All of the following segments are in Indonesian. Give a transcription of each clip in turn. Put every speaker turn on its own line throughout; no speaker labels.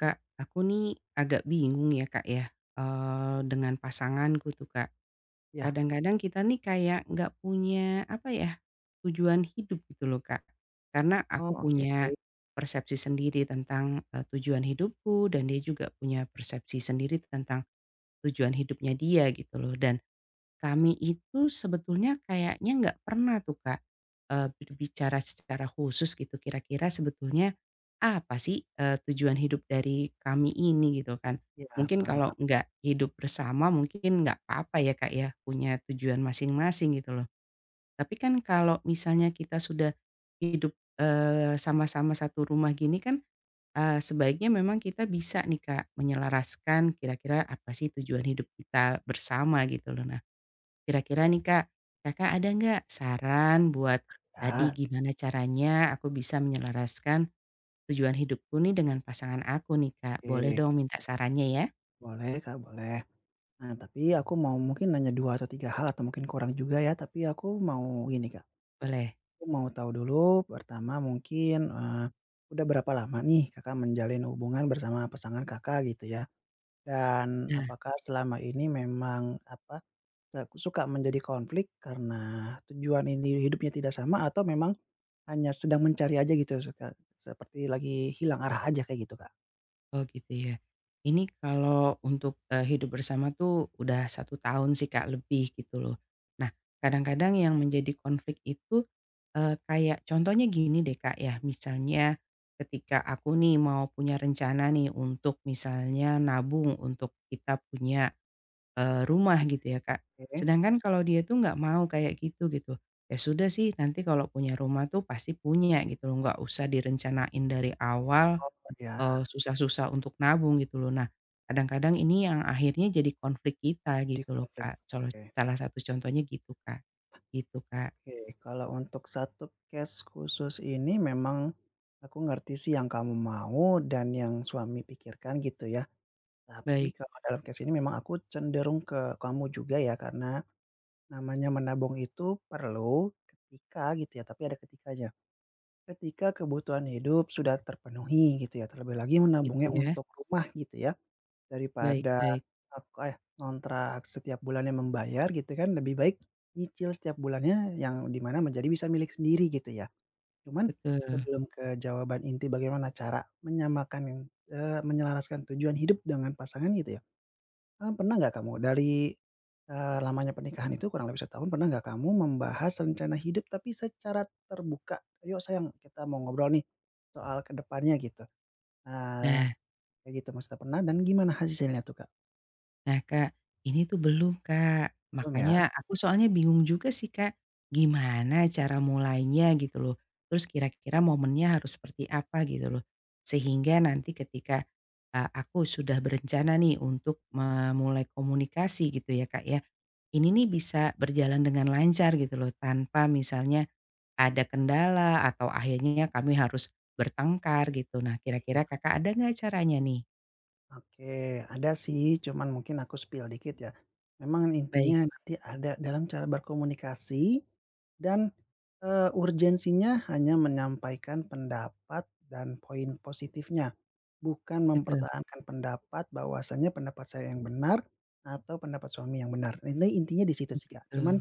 Kak, aku nih agak bingung ya Kak ya, dengan pasanganku tuh Kak.
Iya,
Kadang-kadang kita nih kayak nggak punya, apa ya, tujuan hidup gitu loh Kak. Karena aku
oh oke,
punya persepsi sendiri tentang, tujuan hidupku dan dia juga punya persepsi sendiri tentang tujuan hidupnya dia gitu loh dan kami itu sebetulnya kayaknya nggak pernah tuh Kak, berbicara secara khusus gitu kira-kira sebetulnya apa sih, tujuan hidup dari kami ini gitu kan.
iya
Mungkin kalau
paham,
nggak hidup bersama mungkin nggak apa-apa ya Kak ya, punya tujuan masing-masing gitu loh. Tapi kan kalau misalnya kita sudah hidup, sama-sama satu rumah gini kan, sebaiknya memang kita bisa nih Kak menyelaraskan kira-kira apa sih tujuan hidup kita bersama gitu loh. Kira-kira nih Kak, Kakak ada nggak saran buat tadi
ya,
gimana caranya aku bisa menyelaraskan tujuan hidupku nih dengan pasangan aku nih Kak? Boleh
oke,
dong minta sarannya ya?
boleh Kak, boleh. Nah tapi aku mau mungkin nanya 2 atau 3 hal atau mungkin kurang juga ya, tapi aku mau gini Kak,
Boleh.
aku mau tahu dulu pertama mungkin, udah berapa lama nih Kakak menjalin hubungan bersama pasangan Kakak gitu ya? Dan
Nah,
apakah selama ini memang apa, aku suka menjadi konflik karena tujuan ini hidupnya tidak sama atau memang hanya sedang mencari aja gitu suka seperti lagi hilang arah aja kayak gitu Kak?
oh gitu ya. Ini kalau untuk, hidup bersama tuh udah satu tahun sih Kak, lebih gitu loh. Nah, kadang-kadang yang menjadi konflik itu, kayak contohnya gini deh Kak ya, misalnya ketika aku nih mau punya rencana nih untuk misalnya nabung untuk kita punya, rumah gitu ya Kak.
Oke.
Sedangkan kalau dia tuh nggak mau kayak gitu, gitu. Ya sudah sih nanti kalau punya rumah tuh pasti punya gitu loh, nggak usah direncanain dari awal.
Oh iya,
Susah-susah untuk nabung gitu loh. Nah, kadang-kadang ini yang akhirnya jadi konflik kita
di
gitu loh,
konflik,
Kak. Solo
oke.
salah satu contohnya gitu, Kak. Gitu, Kak.
Oke, kalau untuk satu case khusus ini memang aku ngerti sih yang kamu mau dan yang suami pikirkan gitu ya. Tapi
Baik,
kalau dalam case ini memang aku cenderung ke kamu juga ya karena namanya menabung itu perlu ketika gitu ya, tapi ada ketikanya. Ketika kebutuhan hidup sudah terpenuhi gitu ya, terlebih lagi
gitu
menabungnya
ya.
untuk rumah gitu ya,
Baik
daripada
baik,
Ngontrak setiap bulannya membayar gitu kan, lebih baik nyicil setiap bulannya yang di mana menjadi bisa milik sendiri gitu ya. Cuman
betul.
sebelum ke jawaban inti bagaimana cara menyamakan, menyelaraskan tujuan hidup dengan pasangan gitu ya, pernah nggak kamu dari, lamanya pernikahan itu kurang lebih setahun, pernah nggak kamu membahas rencana hidup tapi secara terbuka? "Yuk sayang kita mau ngobrol nih soal ke depannya," gitu. Nah,
Nah
kayak gitu maksudnya pernah dan gimana hasilnya tuh, Kak?
Nah Kak, ini tuh belum Kak,
Belum ya?
makanya aku soalnya bingung juga sih Kak, gimana cara mulainya gitu loh, terus kira-kira momennya harus seperti apa gitu loh. Sehingga nanti ketika, aku sudah berencana nih untuk memulai komunikasi gitu ya Kak ya, ini nih bisa berjalan dengan lancar gitu loh tanpa misalnya ada kendala atau akhirnya kami harus bertengkar gitu. Nah
Iya.
kira-kira Kakak ada nggak caranya nih?
Oke, ada sih, cuman mungkin aku spill dikit ya. Memang
Baik,
intinya nanti ada dalam cara berkomunikasi dan, urgensinya hanya menyampaikan pendapat dan poin positifnya, bukan
betul,
mempertahankan pendapat bahwasanya pendapat saya yang benar atau pendapat suami yang benar. Ini intinya di situ
oh
sih, Kak.
gitu,
Cuman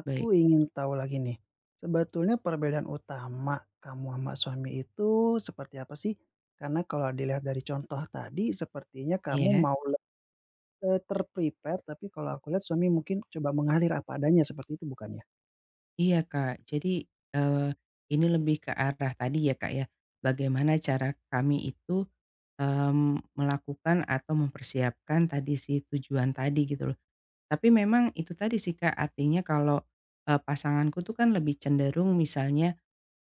aku
baik.
ingin tahu lagi nih, sebetulnya perbedaan utama kamu sama suami itu seperti apa sih? Karena kalau dilihat dari contoh tadi sepertinya kamu
Iya,
mau le eee, ter tapi kalau aku lihat suami mungkin coba mengalir apa adanya seperti itu bukannya?
iya Kak. Jadi, eee, ini lebih ke arah tadi ya Kak ya, bagaimana cara kami itu, melakukan atau mempersiapkan tadi si tujuan tadi gitu loh. Tapi memang itu tadi sih Kak, artinya kalau, pasanganku tuh kan lebih cenderung misalnya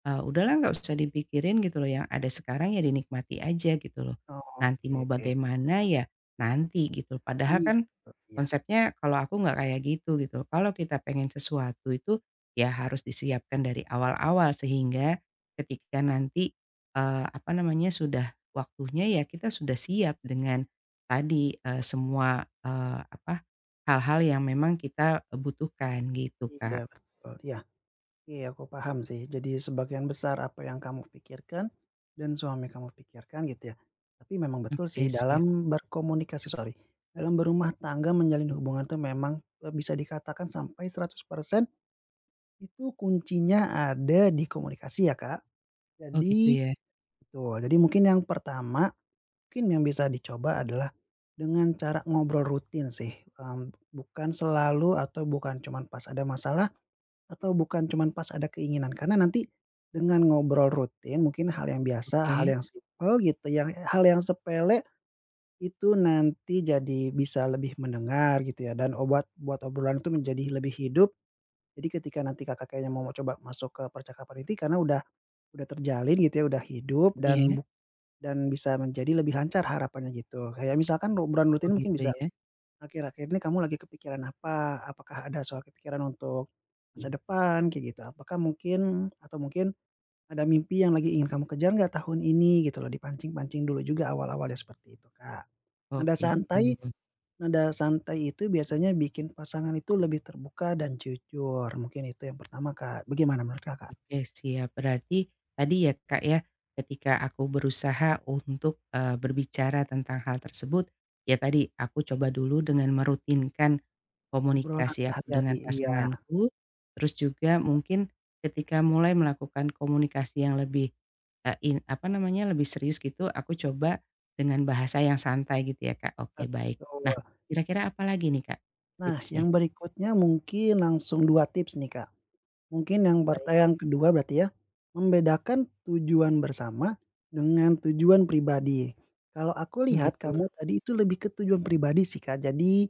Udahlah nggak usah dipikirin gitu loh, yang ada sekarang ya dinikmati aja gitu loh.
Oh
Nanti
oke,
mau bagaimana ya nanti gitu. Padahal
iya,
kan
betul. Iya,
konsepnya kalau aku nggak kayak gitu gitu. Kalau kita pengen sesuatu itu ya harus disiapkan dari awal-awal sehingga ketika nanti, apa namanya, sudah waktunya ya kita sudah siap dengan tadi, semua, apa, hal-hal yang memang kita, butuhkan gitu,
iya
Kak.
betul, iya. Iya, aku paham sih. Jadi sebagian besar apa yang kamu pikirkan dan suami kamu pikirkan gitu ya. Tapi memang betul
Oke
sih
siap.
dalam berkomunikasi, sorry, dalam berumah tangga menjalin hubungan itu memang e bisa dikatakan sampai 100% itu kuncinya ada di komunikasi ya, Kak.
Oh gitu
Jadi
ya?
betul, jadi mungkin yang pertama, mungkin yang bisa dicoba adalah dengan cara ngobrol rutin sih, bukan selalu atau bukan cuman pas ada masalah atau bukan cuman pas ada keinginan? Karena nanti dengan ngobrol rutin mungkin hal yang biasa, hal
Oke,
yang simpel gitu yang hal yang sepele itu nanti jadi bisa lebih mendengar gitu ya dan obat buat obrolan itu menjadi lebih hidup. Jadi ketika nanti Kakak kayaknya mau coba masuk ke percakapan inti karena udah terjalin gitu ya, udah hidup
iya.
dan dan bisa menjadi lebih lancar harapannya gitu. Kayak misalkan obrolan
Oh
rutin mungkin
gitu
bisa
ya?
akhir-akhir ini kamu lagi kepikiran apa? Apakah ada soal kepikiran untuk masa depan kayak gitu? Apakah mungkin atau mungkin ada mimpi yang lagi ingin kamu kejar nggak tahun ini gitu loh, dipancing-pancing dulu juga awal-awalnya seperti itu, Kak.
Oh
Nada
gitu.
santai nada santai itu biasanya bikin pasangan itu lebih terbuka dan jujur, mungkin itu yang pertama, Kak. Bagaimana menurut Kakak?
Oke siap. Berarti tadi ya Kak ya, ketika aku berusaha untuk, berbicara tentang hal tersebut, ya tadi aku coba dulu dengan merutinkan
Obrolan
komunikasi aku
sehari-hari
dengan
iya,
pasanganku, terus juga mungkin ketika mulai melakukan komunikasi yang lebih, eee, in apa namanya, lebih serius gitu, aku coba dengan bahasa yang santai gitu ya Kak, oke baik.
betul.
Nah, kira-kira apa lagi nih Kak
Nah
tipsnya?
yang berikutnya mungkin langsung 2 tips nih, Kak. Mungkin yang pert
Baik.
eh, yang kedua berarti ya, membedakan tujuan bersama dengan tujuan pribadi. Kalau aku lihat
Begitu.
kamu tadi itu lebih ke tujuan pribadi sih, Kak. Jadi,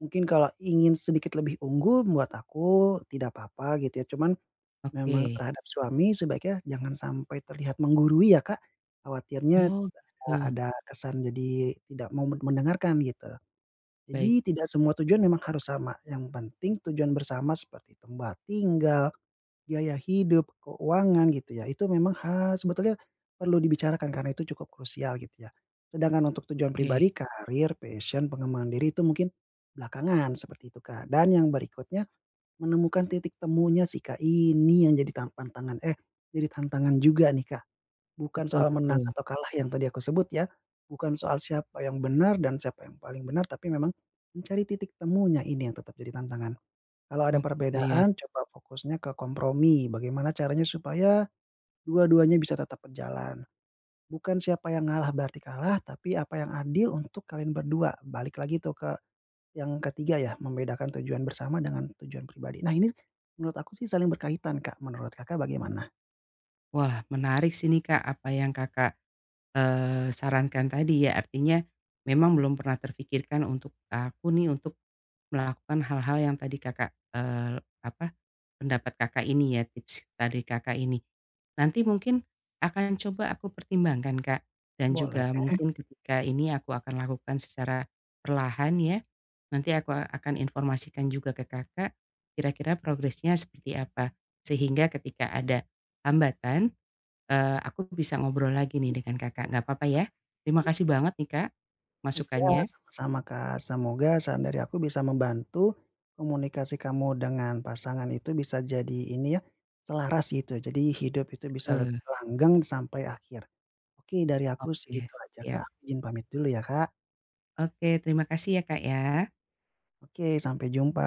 mungkin kalau ingin sedikit lebih unggul buat aku tidak apa-apa gitu ya, cuman
Oke.
memang terhadap suami sebaiknya jangan sampai terlihat menggurui ya, Kak. Khawatirnya
Oh gitu,
tidak ada kesan jadi tidak mau mendengarkan gitu.
baik,
Jadi tidak semua tujuan memang harus sama, yang penting tujuan bersama seperti tempat tinggal, biaya hidup, keuangan gitu ya, itu memang ha sebetulnya perlu dibicarakan karena itu cukup krusial gitu ya. Sedangkan untuk tujuan
oke,
pribadi, karir, passion, pengembangan diri itu mungkin belakangan seperti itu, Kak. Dan yang berikutnya menemukan titik temunya sih, Kak, ini yang jadi jadi tantangan juga nih, Kak. Bukan
betul
soal menang
betul.
atau kalah yang tadi aku sebut ya, bukan soal siapa yang benar dan siapa yang paling benar, tapi memang mencari titik temunya ini yang tetap jadi tantangan. Kalau ada
Oh gitu ya.
perbedaan coba fokusnya ke kompromi, bagaimana caranya supaya dua-duanya bisa tetap berjalan. Bukan siapa yang ngalah berarti kalah, tapi apa yang adil untuk kalian berdua. Balik lagi tuh ke yang ketiga ya, membedakan tujuan bersama dengan tujuan pribadi. Nah ini menurut aku sih saling berkaitan Kak, menurut Kakak bagaimana?
Wah menarik sih nih Kak, apa yang Kakak, sarankan tadi ya, artinya memang belum pernah terfikirkan untuk aku nih untuk melakukan hal-hal yang tadi Kakak, apa, pendapat Kakak ini ya, tips tadi Kakak ini. Nanti mungkin akan coba aku pertimbangkan, Kak, dan
Boleh.
juga mungkin ketika ini aku akan lakukan secara perlahan ya. Nanti akan informasikan juga ke Kakak, kira-kira progresnya seperti apa. Sehingga ketika ada hambatan aku bisa ngobrol lagi nih dengan Kakak, nggak apa-apa ya? Terima kasih banget nih Kak
Oh iya,
masukannya.
sama-sama, Kak. Semoga saran dari aku bisa membantu komunikasi kamu dengan pasangan itu bisa jadi ini ya, selaras gitu. Jadi hidup itu bisa
Eee,
lebih langgeng sampai akhir. Oke, dari aku
oke,
segitu aja,
ya.
Kak. Aku izin pamit dulu ya, Kak.
Oke, terima kasih ya Kak ya.
Oke, sampai jumpa.